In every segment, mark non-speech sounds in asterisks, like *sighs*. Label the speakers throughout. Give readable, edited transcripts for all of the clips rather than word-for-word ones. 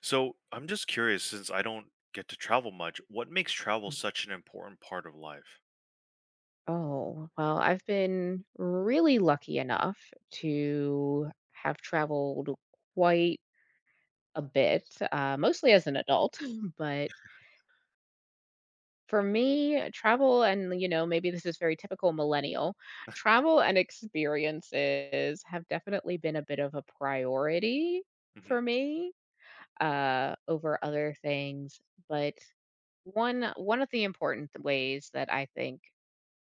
Speaker 1: So I'm just curious, since I don't get to travel much, what makes travel such an important part of life?
Speaker 2: Oh, well, I've been really lucky enough to have traveled quite a bit, mostly as an adult. *laughs* But for me, travel and, maybe this is very typical millennial, travel and experiences have definitely been a bit of a priority for
Speaker 1: Hmm.
Speaker 2: me over other things. But one of the important th ways that I think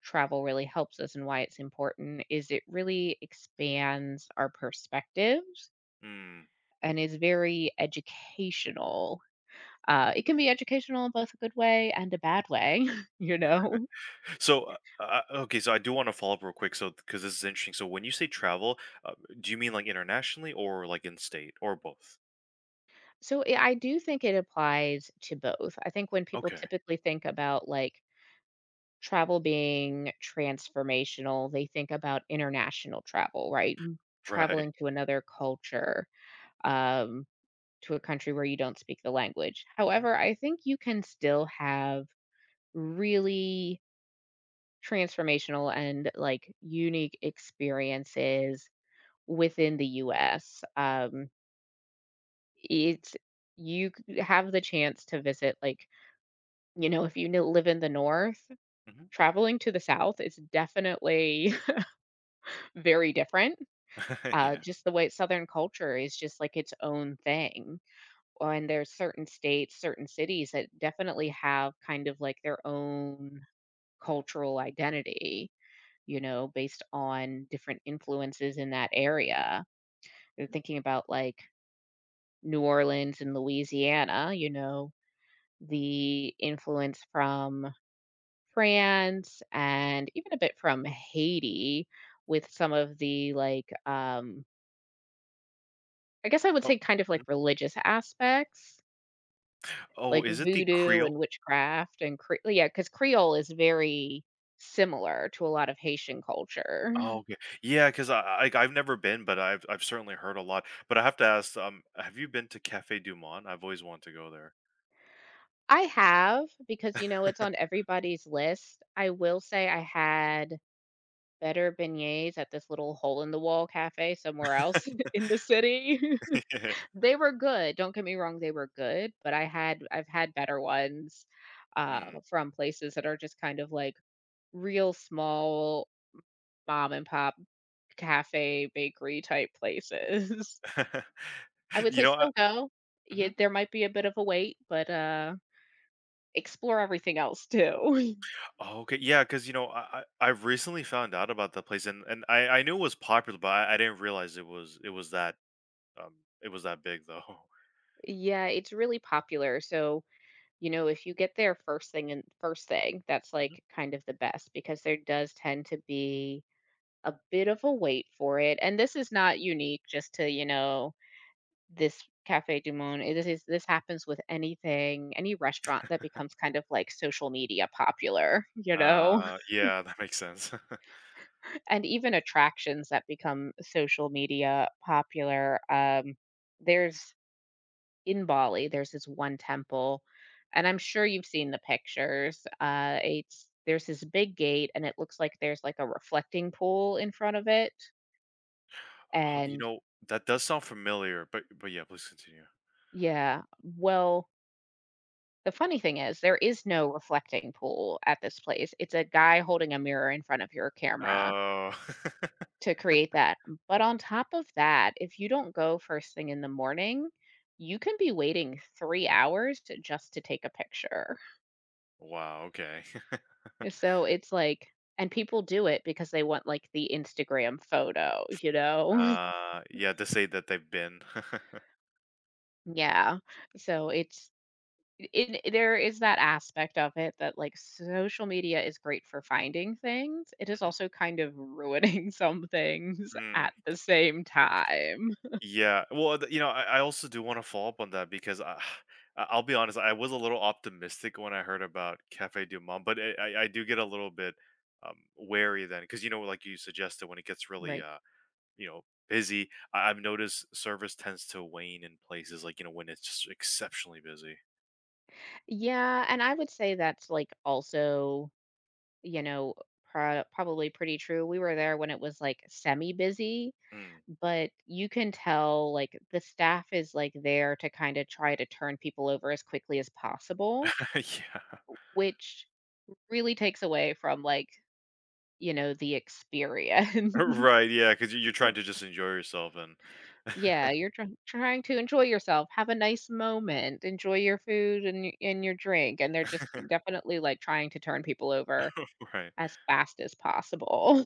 Speaker 2: travel really helps us and why it's important is it really expands our perspectives
Speaker 1: Mm.
Speaker 2: and is very educational. It can be educational in both a good way and a bad way, *laughs* you know?
Speaker 1: Okay, so I do want to follow up real quick, so because this is interesting. So, when you say travel, uh, do you mean like internationally or like in state or both?
Speaker 2: So, yeah, I do think it applies to both. I think when people
Speaker 1: Okay,
Speaker 2: typically think about, like, travel being transformational, they think about international travel, right? M
Speaker 1: right.
Speaker 2: Traveling to another culture, um to a country where you don't speak the language.
Speaker 1: Hmm.
Speaker 2: However, I think you can still have really transformational and like unique experiences within the US. It's have the chance to visit, like, you know, if you live in the north,
Speaker 1: Hmm.
Speaker 2: traveling to the south is definitely *laughs* very different.
Speaker 1: *laughs* Yeah.
Speaker 2: Just the way southern culture is just like its own thing. And there's certain states, certain cities that definitely have kind of like their own cultural identity, you know, based on different influences in that area. I are thinking about like New Orleans and Louisiana, you know, the influence from France and even a bit from Haiti with some of the like, I guess I would
Speaker 1: Oh,
Speaker 2: say kind of like
Speaker 1: mhm.
Speaker 2: religious aspects.
Speaker 1: Oh,
Speaker 2: Like
Speaker 1: is it the
Speaker 2: voodoo
Speaker 1: Creole?
Speaker 2: and witchcraft and Cre yeah, because Creole is very similar to a lot of Haitian culture.
Speaker 1: Oh,
Speaker 2: *laughs*
Speaker 1: okay. Yeah, because I like, I've never been, but I've certainly heard a lot. But I have to ask, have you been to Cafe Du Monde? I've always wanted to go there.
Speaker 2: I have, because, you know, it's on
Speaker 1: *laughs*
Speaker 2: everybody's list. I will say I had better beignets at this little hole in the wall cafe somewhere else *laughs* in the city.
Speaker 1: Yeah.
Speaker 2: *laughs* They were good, don't get me wrong, they were good, but I've had better ones,
Speaker 1: Mm.
Speaker 2: from places that are just kind of like real small mom and pop cafe, bakery type places. *laughs*
Speaker 1: *laughs*
Speaker 2: I would
Speaker 1: You
Speaker 2: say
Speaker 1: know, I
Speaker 2: still go. Yeah,
Speaker 1: mhm.
Speaker 2: there might be a bit of a wait, but, explore everything else too. *laughs*
Speaker 1: Oh, okay, yeah, 'cause, I recently found out about that place, and I knew it was popular, but I didn't realize it was that, um, it was that big, though. *laughs*
Speaker 2: Yeah, it's really popular, so, you know, if you get there first thing and first thing, that's,
Speaker 1: Mhm.
Speaker 2: like, kind of the best because there does tend to be a bit of a wait for it, and this is not unique just to, you know, this Café du Monde. It this is This happens with anything, any restaurant that becomes kind of, like, social media popular, *laughs* you know?
Speaker 1: Yeah, that makes sense. *laughs*
Speaker 2: And even attractions that become social media popular. There's In Bali, there's this one temple, and I'm sure you've seen the pictures. It's There's this big gate, and it looks like there's like a reflecting pool in front of it.
Speaker 1: Oh, you
Speaker 2: And
Speaker 1: know, that does sound familiar, but yeah, please continue.
Speaker 2: yeah, well, the funny thing is, there is no reflecting pool at this place. It's a guy holding a mirror in front of your camera
Speaker 1: Oh. *laughs*
Speaker 2: to create that. But on top of that, if you don't go first thing in the morning, you can be waiting 3 hours to just to take a picture.
Speaker 1: Wow, okay. *laughs*
Speaker 2: So it's like, and people do it because they want, like, the Instagram photo, *laughs*
Speaker 1: Yeah, to say that they've been. *laughs*
Speaker 2: Yeah. So it's it it there is that aspect of it that, like, social media is great for finding things. It is
Speaker 1: Mhm.
Speaker 2: also kind of ruining *laughs* some things
Speaker 1: Hmm.
Speaker 2: at the same time.
Speaker 1: Yeah, well, th you know, I also do wanna follow up on that because I *sighs* I'll be honest, I was a little optimistic when I heard about Café du Monde, but I do get a little bit, wary then because you know, like you suggested, when it gets really,
Speaker 2: Right.
Speaker 1: uh, you know, busy, I've noticed service tends to wane in places, like, you know, when it's just exceptionally busy.
Speaker 2: Yeah, and I would say that's like also, you know, probably pretty true. We were there when it was like semi busy,
Speaker 1: Mm.
Speaker 2: but you can tell like the staff is like there to kind of try to turn people over as quickly as possible,
Speaker 1: *laughs* Yeah.
Speaker 2: which really takes away from like, you know, the experience.
Speaker 1: *laughs*
Speaker 2: *laughs*
Speaker 1: Right. Yeah, because you're trying to just enjoy yourself and
Speaker 2: Yeah,
Speaker 1: *laughs*
Speaker 2: you're trying to enjoy yourself, have a nice moment, enjoy your food and and your drink, and they're just definitely like trying to turn people over
Speaker 1: right.
Speaker 2: as fast as possible.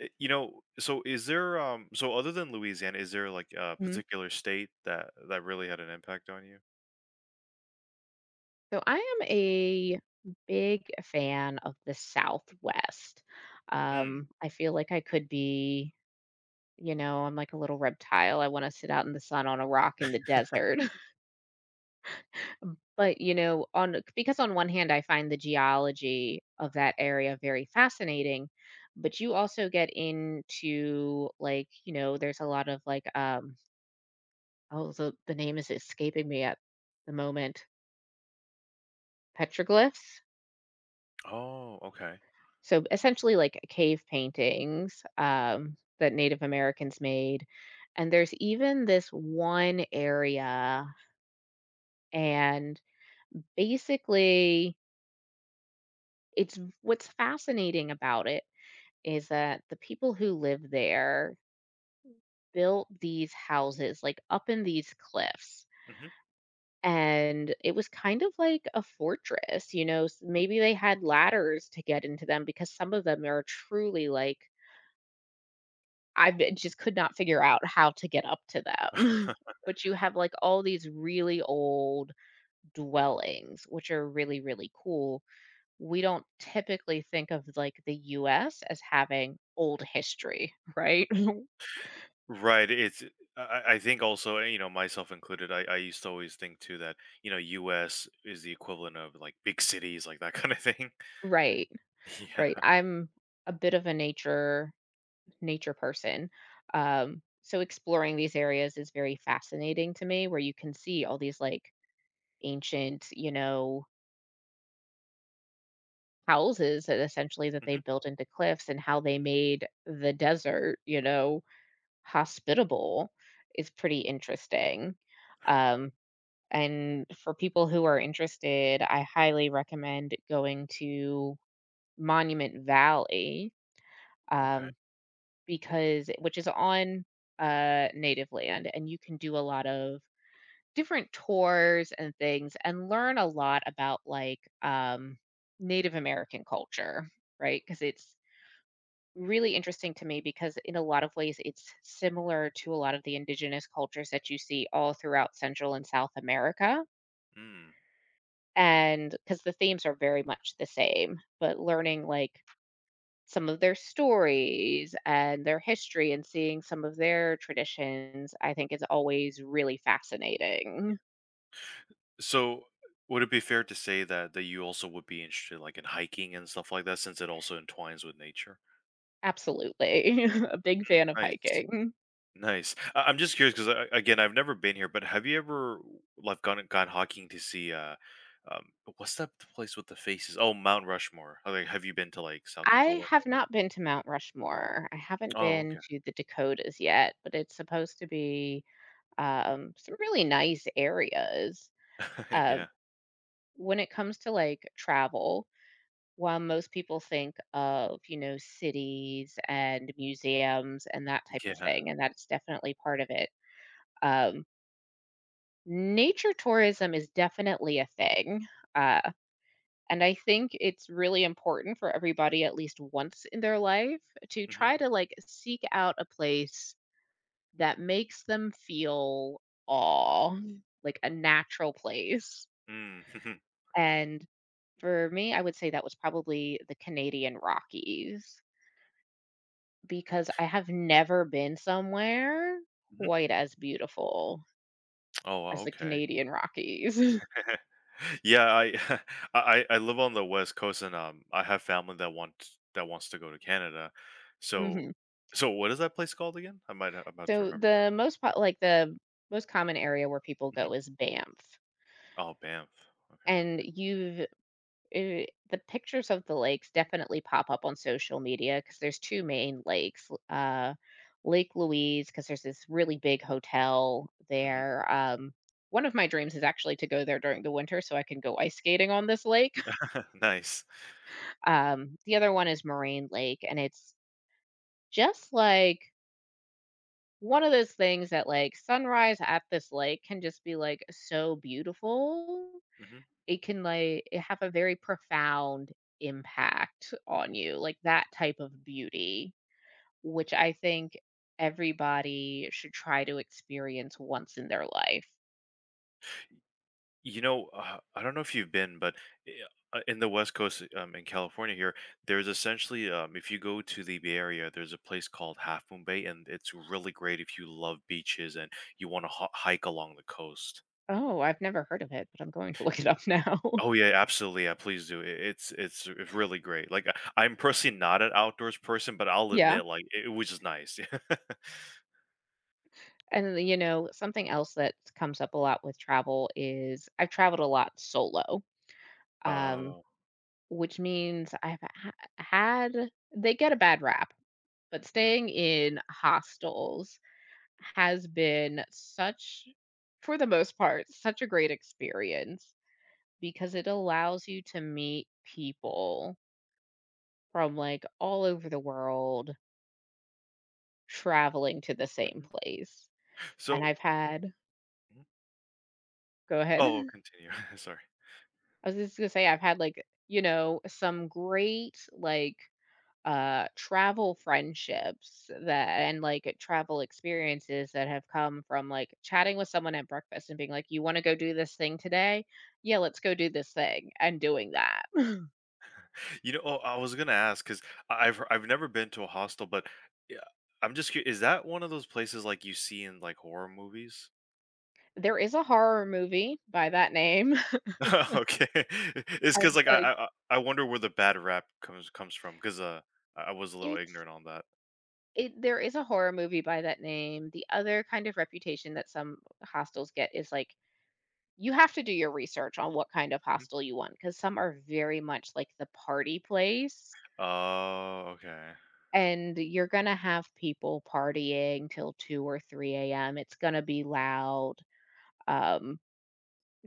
Speaker 1: You know, so is there so other than Louisiana, is there like a
Speaker 2: Mhm.
Speaker 1: particular state that really had an impact on you?
Speaker 2: So I am a big fan of the Southwest.
Speaker 1: Mm.
Speaker 2: I feel like I could be, you know, I'm like a little reptile. I wanna sit out in the sun on a rock in the desert. *laughs* But, you know, on because on one hand, I find the geology of that area very fascinating, but you also get into, like, you know, there's a lot of, like, oh, the name is escaping me at the moment. Petroglyphs?
Speaker 1: Oh, okay.
Speaker 2: So essentially like cave paintings that Native Americans made. And there's even this one area, and basically, it's what's fascinating about it is that the people who live there built these houses like up in these cliffs.
Speaker 1: Hmm.
Speaker 2: And it was kind of like a fortress, you know. Maybe they had ladders to get into them because some of them are truly like, I b just could not figure out how to get up to them. *laughs* But you have, like, all these really old dwellings, which are really, really cool. We don't typically think of, like, the US as having old history, right? *laughs*
Speaker 1: Right. It's eh, I, I think also you know myself included. I used to always think too that you know U.S. is the equivalent of like big cities, like that *laughs* kind of thing.
Speaker 2: Right,
Speaker 1: *laughs*
Speaker 2: right.
Speaker 1: Yeah.
Speaker 2: I'm a bit of a nature person, so exploring these areas is very fascinating to me where you can see all these, like, ancient, you know, houses that essentially that they
Speaker 1: Hmm.
Speaker 2: built into cliffs and how they made the desert, you know, hospitable is pretty interesting. Um, and for people who are interested, I highly recommend going to Monument Valley,
Speaker 1: Okay.
Speaker 2: um, because which is on native land, and you can do a lot of different tours and things and learn a lot about like Native American culture, right? Because it's really interesting to me because in a lot of ways it's similar to a lot of the indigenous cultures that you see all throughout Central and South America
Speaker 1: Mm.
Speaker 2: and because the themes are very much the same, but learning like some of their stories and their history and seeing some of their traditions, I think, is always really fascinating.
Speaker 1: So would it be fair to say that you also would be interested like in hiking and stuff like that since it also entwines with nature?
Speaker 2: Absolutely, *laughs* a big
Speaker 1: Mm,
Speaker 2: fan of
Speaker 1: nice.
Speaker 2: hiking.
Speaker 1: Nice. I- I'm just curious because again, I've never been here, but have you ever like gone hiking to see what's that place with the faces? Oh, Mount Rushmore. Oh, like, have you been to like South
Speaker 2: I
Speaker 1: Dakota?
Speaker 2: have not been to Mount Rushmore, I haven't
Speaker 1: Oh,
Speaker 2: been
Speaker 1: okay.
Speaker 2: to the Dakotas yet, but it's supposed to be some really nice areas.
Speaker 1: *laughs*
Speaker 2: Uh,
Speaker 1: Yeah,
Speaker 2: when it comes to like travel, while most people think of, you know, cities and museums and that type of
Speaker 1: yeah.
Speaker 2: thing, and that's definitely part of it, um, nature tourism is definitely a thing. Uh, and I think it's really important for everybody, at least once in their life, to
Speaker 1: Hmm.
Speaker 2: try to like seek out a place that makes them feel awe, like a natural place.
Speaker 1: Mm. *laughs*
Speaker 2: And for me, I would say that was probably the Canadian Rockies because I have never been somewhere
Speaker 1: Hmm.
Speaker 2: quite as beautiful
Speaker 1: Oh, wow,
Speaker 2: as the
Speaker 1: okay.
Speaker 2: Canadian Rockies. *laughs*
Speaker 1: *laughs* Yeah, I, *laughs* I live on the West Coast, and I have family that wants to go to Canada. So,
Speaker 2: Mhm.
Speaker 1: so what is that place called again? I'm about to
Speaker 2: So
Speaker 1: remember
Speaker 2: the most like the most common area where people
Speaker 1: that.
Speaker 2: go
Speaker 1: Hmm.
Speaker 2: is Banff.
Speaker 1: Oh, Banff. Okay.
Speaker 2: And you've Eh, the pictures of the lakes definitely pop up on social media because there's 2 main lakes, l Lake Louise 'cause there's this really big hotel
Speaker 1: Hmm.
Speaker 2: there, one of my dreams is actually to go there during the winter so I can go ice skating on this lake. *laughs*
Speaker 1: *laughs* Nice.
Speaker 2: The other one is Moraine Lake, and it's just, like, one of those things that, like, sunrise at this lake can just be, like, so beautiful.
Speaker 1: Mhm.
Speaker 2: It can like it have a very profound impact on you, like that type of beauty, which I think everybody should try to experience once in their life.
Speaker 1: You know, I don't know if you've been, but i- in the West Coast, in California here, there's essentially, if you go to the Bay Area, there's a place called Half Moon Bay, and it's really great if you love beaches and you want to hike along the coast.
Speaker 2: Oh, I've never heard of it, but I'm going to look it up now. *laughs*
Speaker 1: Oh yeah, absolutely. Yeah, please do. I- It's it's really great. Like I- I'm personally not an outdoors person, but I'll
Speaker 2: Yeah.
Speaker 1: admit, like it was just nice. *laughs*
Speaker 2: And you know, something else that comes up a lot with travel is I've traveled a lot solo. Um
Speaker 1: Oh.
Speaker 2: which means had, they get a bad rap, but
Speaker 1: Mhm.
Speaker 2: staying in hostels has been such, for the most part, such a great experience because it allows you to meet people from, like, all over the world traveling to the same
Speaker 1: Mhm.
Speaker 2: place, and
Speaker 1: So,
Speaker 2: I've had,
Speaker 1: mhm.
Speaker 2: go ahead.
Speaker 1: Oh,
Speaker 2: *laughs*
Speaker 1: continue. *laughs* Sorry.
Speaker 2: I was just gonna say I've had, like, you know, some great, like, travel friendships that, and like travel experiences that, have come from like chatting with someone at breakfast and being like, you want to go do this thing today, yeah let's go do this thing, and doing that.
Speaker 1: You know, oh, I was gonna ask because I've never been to a hostel, but yeah, I'm just curious. Is that one of those places like you see in like horror movies?
Speaker 2: There is a horror movie by that name.
Speaker 1: *laughs* Okay, *laughs*
Speaker 2: *laughs*
Speaker 1: it's
Speaker 2: and
Speaker 1: because
Speaker 2: like
Speaker 1: I wonder where the bad rap comes from because I was a little
Speaker 2: it's
Speaker 1: ignorant on that.
Speaker 2: it there is a horror movie by that name. The other kind of reputation that some hostels get is like, you have to do your research on what kind of
Speaker 1: Mhm.
Speaker 2: hostel you want because some are very much like the party place
Speaker 1: Oh, okay,
Speaker 2: and you're going to have people partying till 2 or 3 a.m. It's going to be loud. Um,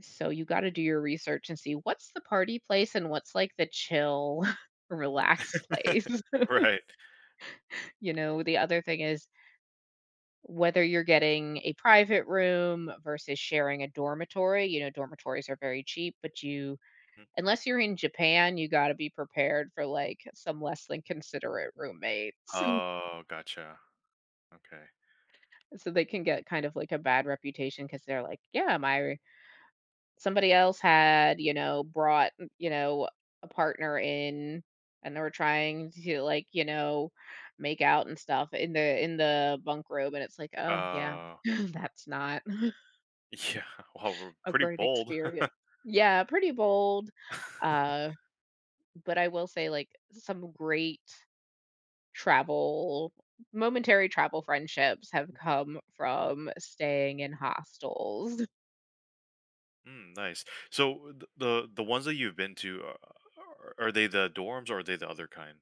Speaker 2: so you got to do your research and see what's the party place and what's like the chill, *laughs* relaxed place. *laughs*
Speaker 1: *laughs* right.
Speaker 2: You know, the other thing is whether you're getting a private room versus sharing a dormitory. You know, dormitories are very cheap, but you,
Speaker 1: Mhm.
Speaker 2: unless you're in Japan, you got to be prepared for like some less than considerate roommates.
Speaker 1: Oh, gotcha. Okay.
Speaker 2: So they can get kind of like a bad reputation because they're like, yeah, my somebody else had, you know, brought, you know, a partner in and they were trying to like, you know, make out and stuff in the bunk room and it's like, oh yeah,
Speaker 1: Uh,
Speaker 2: *laughs* that's not
Speaker 1: yeah. *laughs* Well, we're
Speaker 2: *laughs* a
Speaker 1: pretty
Speaker 2: great
Speaker 1: bold.
Speaker 2: experience. Yeah, pretty bold.
Speaker 1: *laughs*
Speaker 2: Uh, but I will say like some great travel momentary travel friendships have come from staying in hostels.
Speaker 1: Mm, nice. So the ones that you've been to, are they the dorms or are they the other kind?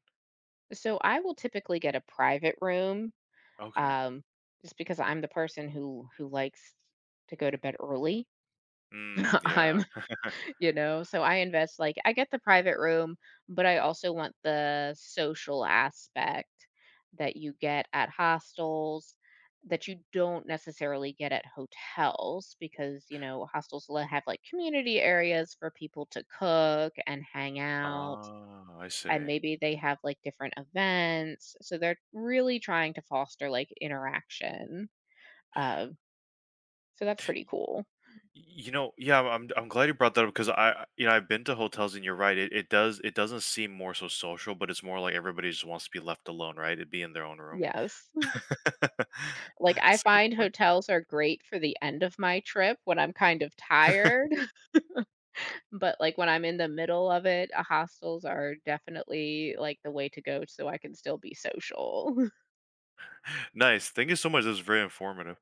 Speaker 2: So I will typically get a private room,
Speaker 1: Okay.
Speaker 2: um, just because I'm the person who likes to go to bed early.
Speaker 1: Mm,
Speaker 2: *laughs*
Speaker 1: yeah.
Speaker 2: I'm, you know, so I invest like I get the private room, but I also want the social aspect that you get at hostels that you don't necessarily get at hotels because, you know, hostels will have like community areas for people to cook and hang out
Speaker 1: Ah, I
Speaker 2: and
Speaker 1: see.
Speaker 2: maybe they have like different events. So they're really trying to foster like interaction. Um, so that's pretty cool.
Speaker 1: Y- You know, yeah, I'm glad you brought that up because you know, I've been to hotels and you're right. It does it doesn't seem more so social, but it's more like everybody just wants to be left alone, right? It'd be in their own room.
Speaker 2: Yes.
Speaker 1: *laughs*
Speaker 2: Like I
Speaker 1: That's a good
Speaker 2: find
Speaker 1: point.
Speaker 2: hotels are great for the end of my trip when I'm kind of tired, *laughs* but like when I'm in the middle of it, hostels are definitely like the way to go so I can still be social.
Speaker 1: Nice. Thank you so much. This was very informative.